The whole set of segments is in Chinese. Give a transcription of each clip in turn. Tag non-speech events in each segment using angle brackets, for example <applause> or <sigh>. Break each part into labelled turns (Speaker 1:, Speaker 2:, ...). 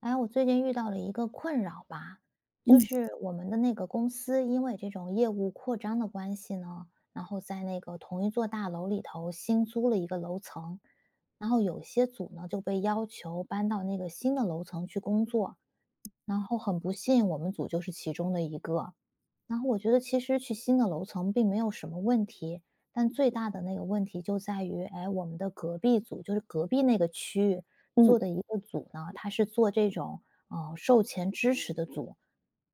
Speaker 1: 哎，我最近遇到了一个困扰吧，就是我们的那个公司，因为这种业务扩张的关系呢，然后在那个同一座大楼里头新租了一个楼层，然后有些组呢就被要求搬到那个新的楼层去工作，然后很不幸，我们组就是其中的一个。然后我觉得其实去新的楼层并没有什么问题，但最大的那个问题就在于，哎，我们的隔壁组就是隔壁那个区域
Speaker 2: 嗯
Speaker 1: 做的一个组呢，它是做这种售前支持的组，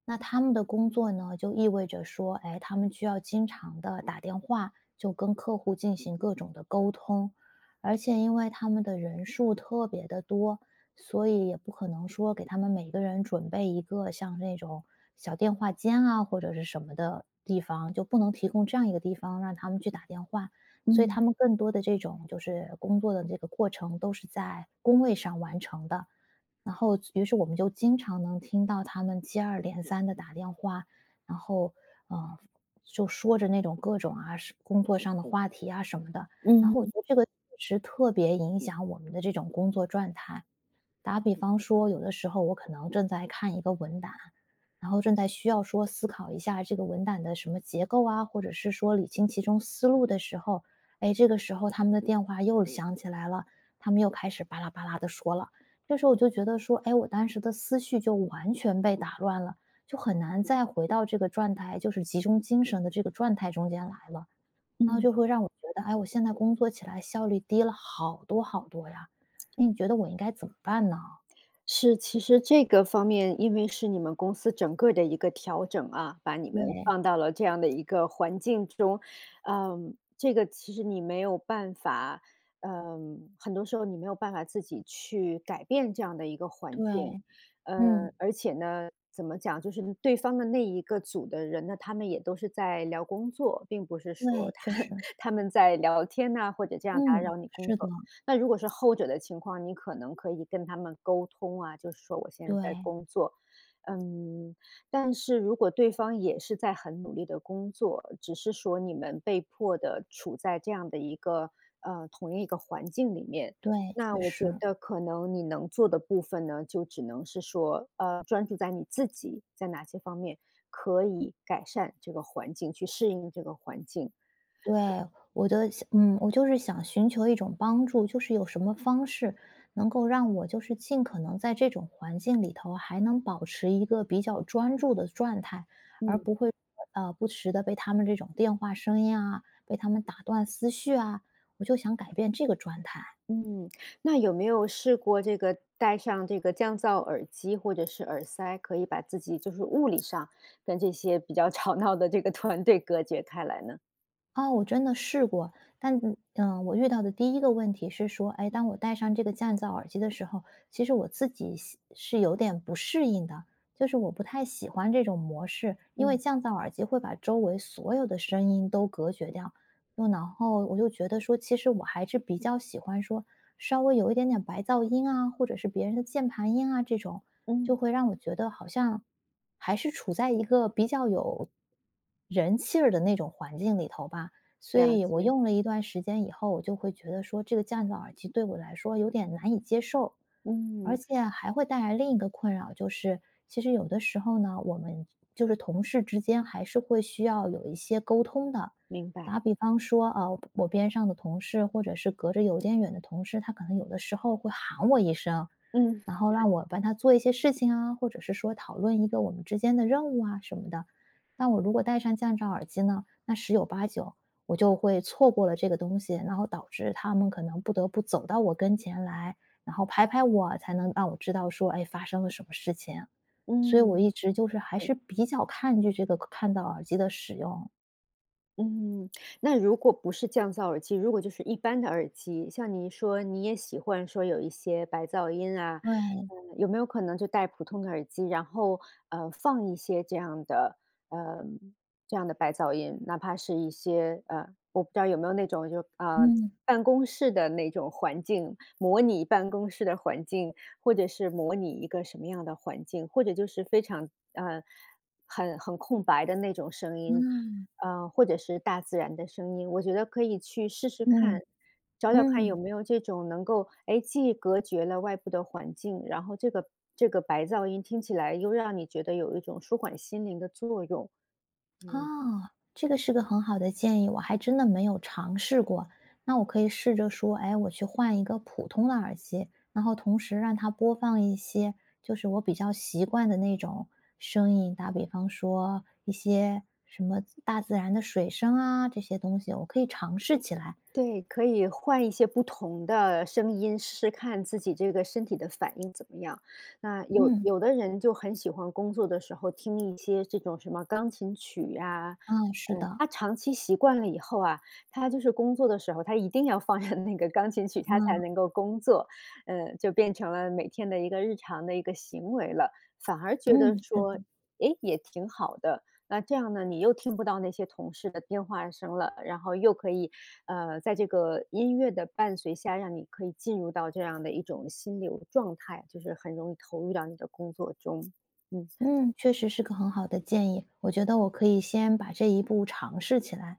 Speaker 1: 那他们的工作呢，就意味着说，哎，他们需要经常的打电话，就跟客户进行各种的沟通，而且因为他们的人数特别的多，所以也不可能说给他们每个人准备一个像那种小电话间啊，或者是什么的地方，就不能提供这样一个地方让他们去打电话。所以他
Speaker 2: 嗯
Speaker 1: 们更多的这种就是工作的这个过程都是在工位上完成的，然后于是我们就经常能听到他们接二连三的打电话，然后，呃，就说着那种各种啊，是工作上的话题啊什么的。然后我
Speaker 2: 嗯
Speaker 1: 觉得这个确实特别影响我们的这种工作状态。打比方说，有的时候我可能正在看一个文档，然后正在需要说思考一下这个文档的什么结构啊，或者是说理清其中思路的时候，哎，这个时候他们的电话又响起来了，他们又开始巴拉巴拉的说了。这时候我就觉得说，哎，我当时的思绪就完全被打乱了，就很难再回到这个状态，就是集中精神的这个状态中间来了。然后
Speaker 2: 嗯，
Speaker 1: 就会让我觉得，哎，我现在工作起来效率低了好多好多呀。那你觉得我应该怎么办呢？
Speaker 2: 是，其实这个方面，因为是你们公司整个的一个调整啊，把你们
Speaker 1: 对，
Speaker 2: 放到了这样的一个环境中，嗯，这个其实你没有办法，嗯，很多时候你没有办法自己去改变这样的一个环
Speaker 1: 对，
Speaker 2: 境，呃，
Speaker 1: 嗯，
Speaker 2: 而且呢，怎么讲，就是对方的那一个组的人呢，他们也都是在聊工作，并不是说
Speaker 1: 对，
Speaker 2: 他
Speaker 1: 确实，
Speaker 2: <laughs> 他们在聊天呐、或者这样打
Speaker 1: 嗯，
Speaker 2: 扰你工
Speaker 1: 是的，
Speaker 2: 作。那如果是后者的情况，你可能可以跟他们沟通啊，就是说我现在在
Speaker 1: 对，
Speaker 2: 工作，嗯，但是如果对方也是在很努力的工作，只是说你们被迫的处在这样的一个同一个环境里面，
Speaker 1: 对，
Speaker 2: 那
Speaker 1: 确
Speaker 2: 我觉
Speaker 1: 实，
Speaker 2: 得可能你能做的部分呢，就只能是说专注在你自己在哪些方面可以改善这个环境，去适应这个环境。
Speaker 1: 对，我的嗯，我就是想寻求一种帮助，就是有什么方式能够让我就是尽可能在这种环境里头还能保持一个比较专注的状态，而
Speaker 2: 嗯。
Speaker 1: 不会不时的被他们这种电话声音啊，被他们打断思绪啊，我就想改变这个状态。
Speaker 2: 嗯，那有没有试过这个戴上这个降噪耳机或者是耳塞，可以把自己就是物理上跟这些比较 <laughs> 吵闹的这个团队隔绝开来呢？
Speaker 1: 哦，我真的试过，但我遇到的第一个问题是说，哎，当我戴上这个降噪耳机的时候，其实我自己喜是有点不适应的，就是我不太喜欢这种模式，因为
Speaker 2: 嗯
Speaker 1: 降噪耳机会把周围所有的声音都隔绝掉。就然后我就觉得说，其实我还是比较喜欢说稍微有一点点白噪音啊，或者是别人的键盘音啊，这种就
Speaker 2: 嗯，
Speaker 1: 会让我觉得好像还是处在一个比较有人气儿的那种环境里头吧。所
Speaker 2: 了
Speaker 1: 以我
Speaker 2: 解，
Speaker 1: 用了一段时间以后，我就会觉得说，这个降噪耳机对我来说有点难以接受，而
Speaker 2: 嗯，
Speaker 1: 且还会带来另一个困扰，就是其实有的时候呢，我们就是同事之间还是会需要有一些沟通的。
Speaker 2: 明白，
Speaker 1: 打比方说，啊，我边上的同事或者是隔着有点远的同事，他可能有的时候会喊我一声，
Speaker 2: 嗯
Speaker 1: 然后让我帮他做一些事情啊，或者是说讨论一个我们之间的任务啊什么的。那我如果戴上降噪耳机呢，那十有八九我就会错过了这个东西，然后导致他们可能不得不走到我跟前来，然后拍拍我，才能让我知道说，哎，发生了什么事情。所以我
Speaker 2: 嗯。
Speaker 1: 一直就是还是比较抗拒这个看到耳机的使用。
Speaker 2: 嗯，那如果不是降噪耳机，如果就是一般的耳机，像你说你也喜欢说有一些白噪音啊，
Speaker 1: 对，
Speaker 2: 有没有可能就戴普通的耳机，然后放一些这样的呃这样的白噪音，哪怕是一些我不知道有没有那种就
Speaker 1: 嗯。
Speaker 2: 办公室的那种环境，模拟办公室的环境，或者是模拟一个什么样的环境，或者就是非常很空白的那种声音。
Speaker 1: 嗯
Speaker 2: 或者是大自然的声音，我觉得可以去试试看，
Speaker 1: 嗯
Speaker 2: 找找看有
Speaker 1: 嗯，
Speaker 2: 没有这种能够，哎，既隔绝了外部的环境，然后这个白噪音听起来又让你觉得有一种舒缓心灵的作用。嗯。
Speaker 1: 哦，这个是个很好的建议，我还真的没有尝试过。那我可以试着说，哎，我去换一个普通的耳机，然后同时让它播放一些就是我比较习惯的那种声音，打比方说一些什么大自然的水声啊，这些东西，我可以尝试起来。
Speaker 2: 对，可以换一些不同的声音，试试看自己这个身体的反应怎么样。那嗯有
Speaker 1: 嗯，
Speaker 2: 有的人就很喜欢工作的时候听一些这种什么钢琴曲呀，
Speaker 1: 啊，是
Speaker 2: 嗯，
Speaker 1: 的，
Speaker 2: 他长期习惯了以后啊，他就是工作的时候，他一定要放下那个钢琴曲，他才
Speaker 1: 嗯
Speaker 2: 能够工作，嗯，就变成了每天的一个日常的一个行为了，反而觉嗯得
Speaker 1: 嗯，是的，
Speaker 2: 说，诶，也挺好的。那这样呢，你又听不到那些同事的电话声了，然后又可以在这个音乐的伴随下，让你可以进入到这样的一种心流状态，就是很容易投入到你的工作中。嗯。
Speaker 1: 嗯，确实是个很好的建议。我觉得我可以先把这一步尝试起来。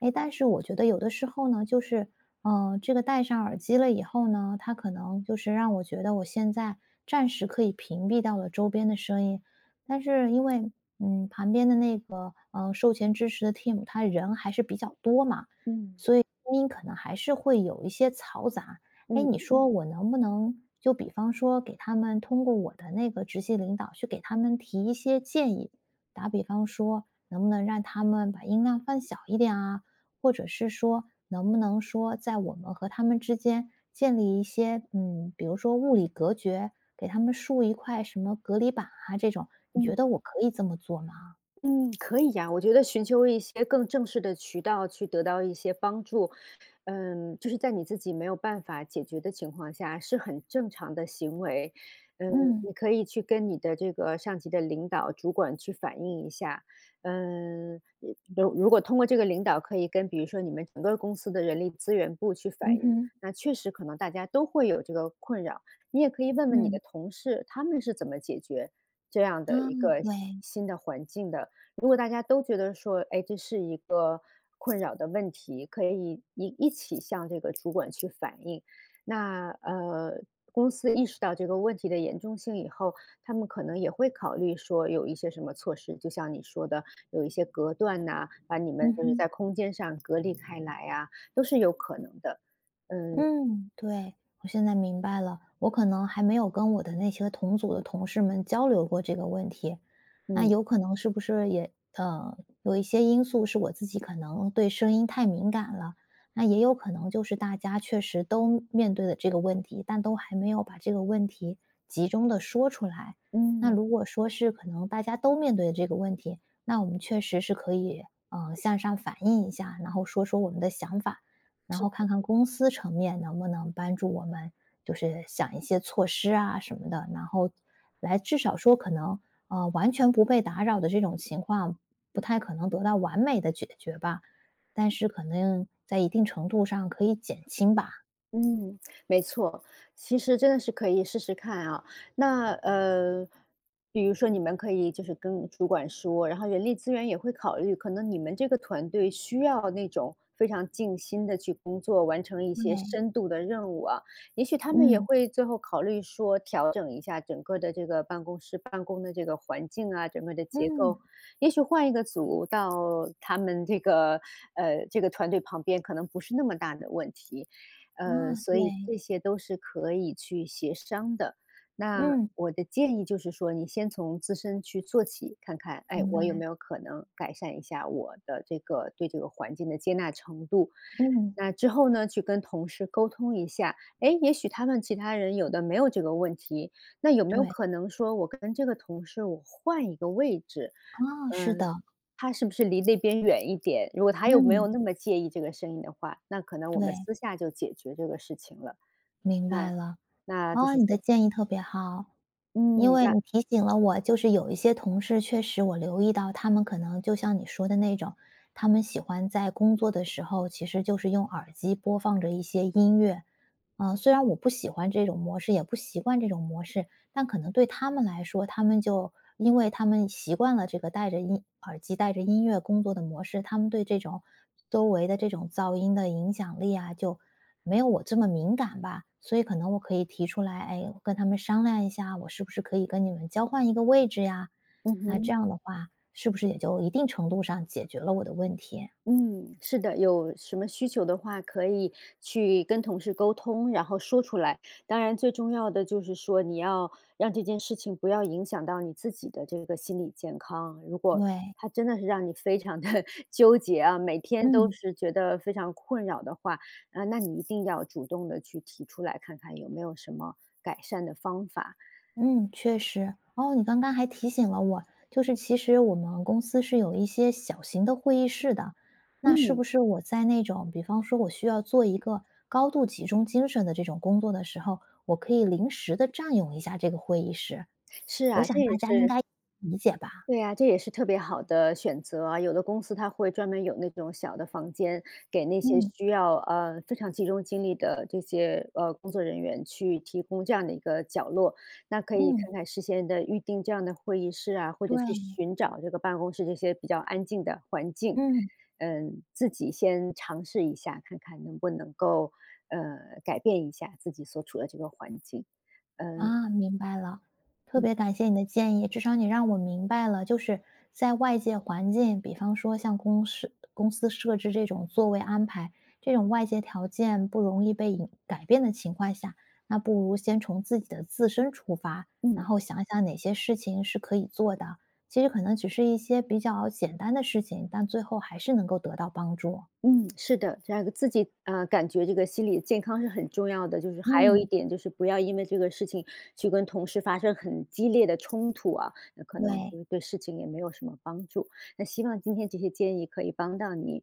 Speaker 1: 哎，但是我觉得有的时候呢，就是，这个戴上耳机了以后呢，它可能就是让我觉得我现在暂时可以屏蔽掉了周边的声音，但是因为，旁边的那个，售前支持的 team，他人还是比较多嘛，
Speaker 2: 嗯
Speaker 1: 所以声音可能还是会有一些嘈杂。哎，
Speaker 2: 嗯
Speaker 1: 你说我能不能就比方说给他们通过我的那个直系领导去给他们提一些建议，打比方说，能不能让他们把音量放小一点啊？或者是说能不能说在我们和他们之间建立一些，比如说物理隔绝，给他们竖一块什么隔离板啊这种，你
Speaker 2: 嗯。
Speaker 1: 觉得我可以这么做吗？
Speaker 2: 嗯，可以呀，我觉得寻求一些更正式的渠道去得到一些帮助，嗯，就是在你自己没有办法解决的情况下，是很正常的行为。嗯，
Speaker 1: 嗯，
Speaker 2: 你可以去跟你的这个上级的领导、主管去反映一下。嗯，如果通过这个领导可以跟比如说你们整个公司的人力资源部去反
Speaker 1: 嗯
Speaker 2: 映，
Speaker 1: 哼，
Speaker 2: 那确实可能大家都会有这个困扰。你也可以问问你的
Speaker 1: 嗯，
Speaker 2: 同事，他们是怎么解决这样的
Speaker 1: 啊，
Speaker 2: 一个
Speaker 1: 对，
Speaker 2: 新的环境的。如果大家都觉得说，哎，这是一个困扰的问题，可以一起向这个主管去反映。那公司意识到这个问题的严重性以后，他们可能也会考虑说有一些什么措施，就像你说的，有一些隔断呐、把你
Speaker 1: 嗯
Speaker 2: 们就是
Speaker 1: 哼。
Speaker 2: 在空间上隔离开来啊，都是有可能的。嗯
Speaker 1: 嗯，对，我现在明白了，我可能还没有跟我的那些同组的同事们交流过这个问题，那
Speaker 2: 嗯
Speaker 1: 有可能是不是也有一些因素是我自己可能对声音太敏感了，那也有可能就是大家确实都面对的这个问题，但都还没有把这个问题集中的说出来。那
Speaker 2: 嗯。
Speaker 1: 如果说是可能大家都面对的这个问题，那我们确实是可以向上反映一下，然后说说我们的想法。然后看看公司层面能不能帮助我们，就是想一些措施啊什么的，然后来至少说可能完全不被打扰的这种情况，不太可能得到完美的解决吧，但是可能在一定程度上可以减轻吧。
Speaker 2: 嗯，没错，其实真的是可以试试看啊。那比如说你们可以就是跟主管说，然后人力资源也会考虑，可能你们这个团队需要那种非常尽心的去工作，完成一些
Speaker 1: 对，
Speaker 2: 深度的任务啊。也许他们也
Speaker 1: 嗯
Speaker 2: 会最后考虑说调整一下整个的这个办公室办公的这个环境啊，整个的结构，
Speaker 1: 嗯
Speaker 2: 也许换一个组到他们这个这个团队旁边，可能不是那么大的问题。
Speaker 1: 啊，
Speaker 2: 所以
Speaker 1: 对，
Speaker 2: 这些都是可以去协商的。那
Speaker 1: 嗯，
Speaker 2: 我的建议就是说，你先从自身去做起，看看，哎，
Speaker 1: 明
Speaker 2: 我有
Speaker 1: 白，
Speaker 2: 没有可能改善一下我的这个对这个环境的接纳程度。
Speaker 1: 嗯，
Speaker 2: 那之后呢，去跟同事沟通一下，哎，也许他们其他人有的没有这个问题，那有没有
Speaker 1: 对，
Speaker 2: 可能说我跟这个同事我换一个位置？
Speaker 1: 啊，是
Speaker 2: 嗯。
Speaker 1: 的，
Speaker 2: 他是不是离那边远一点？如果他又没有
Speaker 1: 嗯，
Speaker 2: 嗯那么介意这个声音的话，那可能我们
Speaker 1: 对，
Speaker 2: 私下就解决这个事情了。
Speaker 1: 明白了，
Speaker 2: 那那就
Speaker 1: 啊，
Speaker 2: 是
Speaker 1: 你的
Speaker 2: 说
Speaker 1: 建议特别好。因
Speaker 2: 嗯，
Speaker 1: 为
Speaker 2: 那
Speaker 1: 你提醒了我，就是有一些同事，确实我留意到他们可能就像你说的那种，他们喜欢在工作的时候，其实就是用耳机播放着一些音乐。虽然我不喜欢这种模式，也不习惯这种模式，但可能对他们来说，他们就因为他们习惯了这个戴着音耳机、戴着音乐工作的模式，他们对这种周围的这种噪音的影响力啊，就没有我这么敏感吧，所以可能我可以提出来，哎，跟他们商量一下，我是不是可以跟你们交换一个位置呀？
Speaker 2: 嗯
Speaker 1: 那这
Speaker 2: 哼。
Speaker 1: 样的话，是不是也就一定程度上解决了我的问题？
Speaker 2: 嗯，是的，有什么需求的话，可以去跟同事沟通，然后说出来。当然，最重要的就是说，你要让这件事情不要影响到你自己的这个心理健康。如果
Speaker 1: 对，
Speaker 2: 它真的是让你非常的 <laughs> 纠结啊，每天都
Speaker 1: 嗯。
Speaker 2: 是觉得非常困扰的话，啊，那你一定要主动的去提出来，看看有没有什么改善的方法。
Speaker 1: 嗯，确实。哦，你刚刚还提醒了我，就是其实我们公司是有一些小型的会议室的，那是
Speaker 2: 嗯，
Speaker 1: 不是我在那种，比方说我需要做一个高度集中精神的这种工作的时候，我可以临时的占用一下这个会议室？
Speaker 2: 是
Speaker 1: 我
Speaker 2: 啊，
Speaker 1: 想
Speaker 2: 这
Speaker 1: 大
Speaker 2: 也
Speaker 1: 家应
Speaker 2: 是
Speaker 1: 该理解吧？
Speaker 2: 对呀，这也是特别好的选择啊。有的公司它会专门有那种小的房间，给那些
Speaker 1: 嗯
Speaker 2: 需要非常集中精力的这些工作人员去提供这样的一个角落。那可以
Speaker 1: 嗯，
Speaker 2: 看看事先的预定这样的会议室啊，或者去
Speaker 1: 对，
Speaker 2: 寻找这个办公室这些比较安静的环境。
Speaker 1: 嗯。
Speaker 2: 嗯，自己先尝试一下，看看能不能够改变一下自己所处的这个环境。嗯
Speaker 1: 啊，明白了，特别感谢你的建议，至少你让我明白了，就是在外界环境，比方说像公司设置这种座位安排，这种外界条件不容易被影改变的情况下，那不如先从自己的自身出发，然
Speaker 2: 嗯。
Speaker 1: 后想想哪些事情是可以做的。其实可能只是一些比较简单的事情，但最后还是能够得到帮助。
Speaker 2: 嗯，是的，这样一个自己呃，感觉这个心理健康是很重要的。就是还有一
Speaker 1: 嗯，
Speaker 2: 点就是不要因为这个事情去跟同事发生很激烈的冲突啊，那可能
Speaker 1: 对，
Speaker 2: 就是对事情也没有什么帮助。那希望今天这些建议可以帮到你。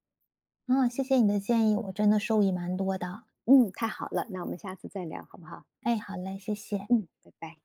Speaker 1: 啊，谢谢你的建议，我真的受益蛮多的。
Speaker 2: 嗯，太好了，那我们下次再聊好不好？
Speaker 1: 哎，好嘞，谢谢。
Speaker 2: 嗯，拜拜。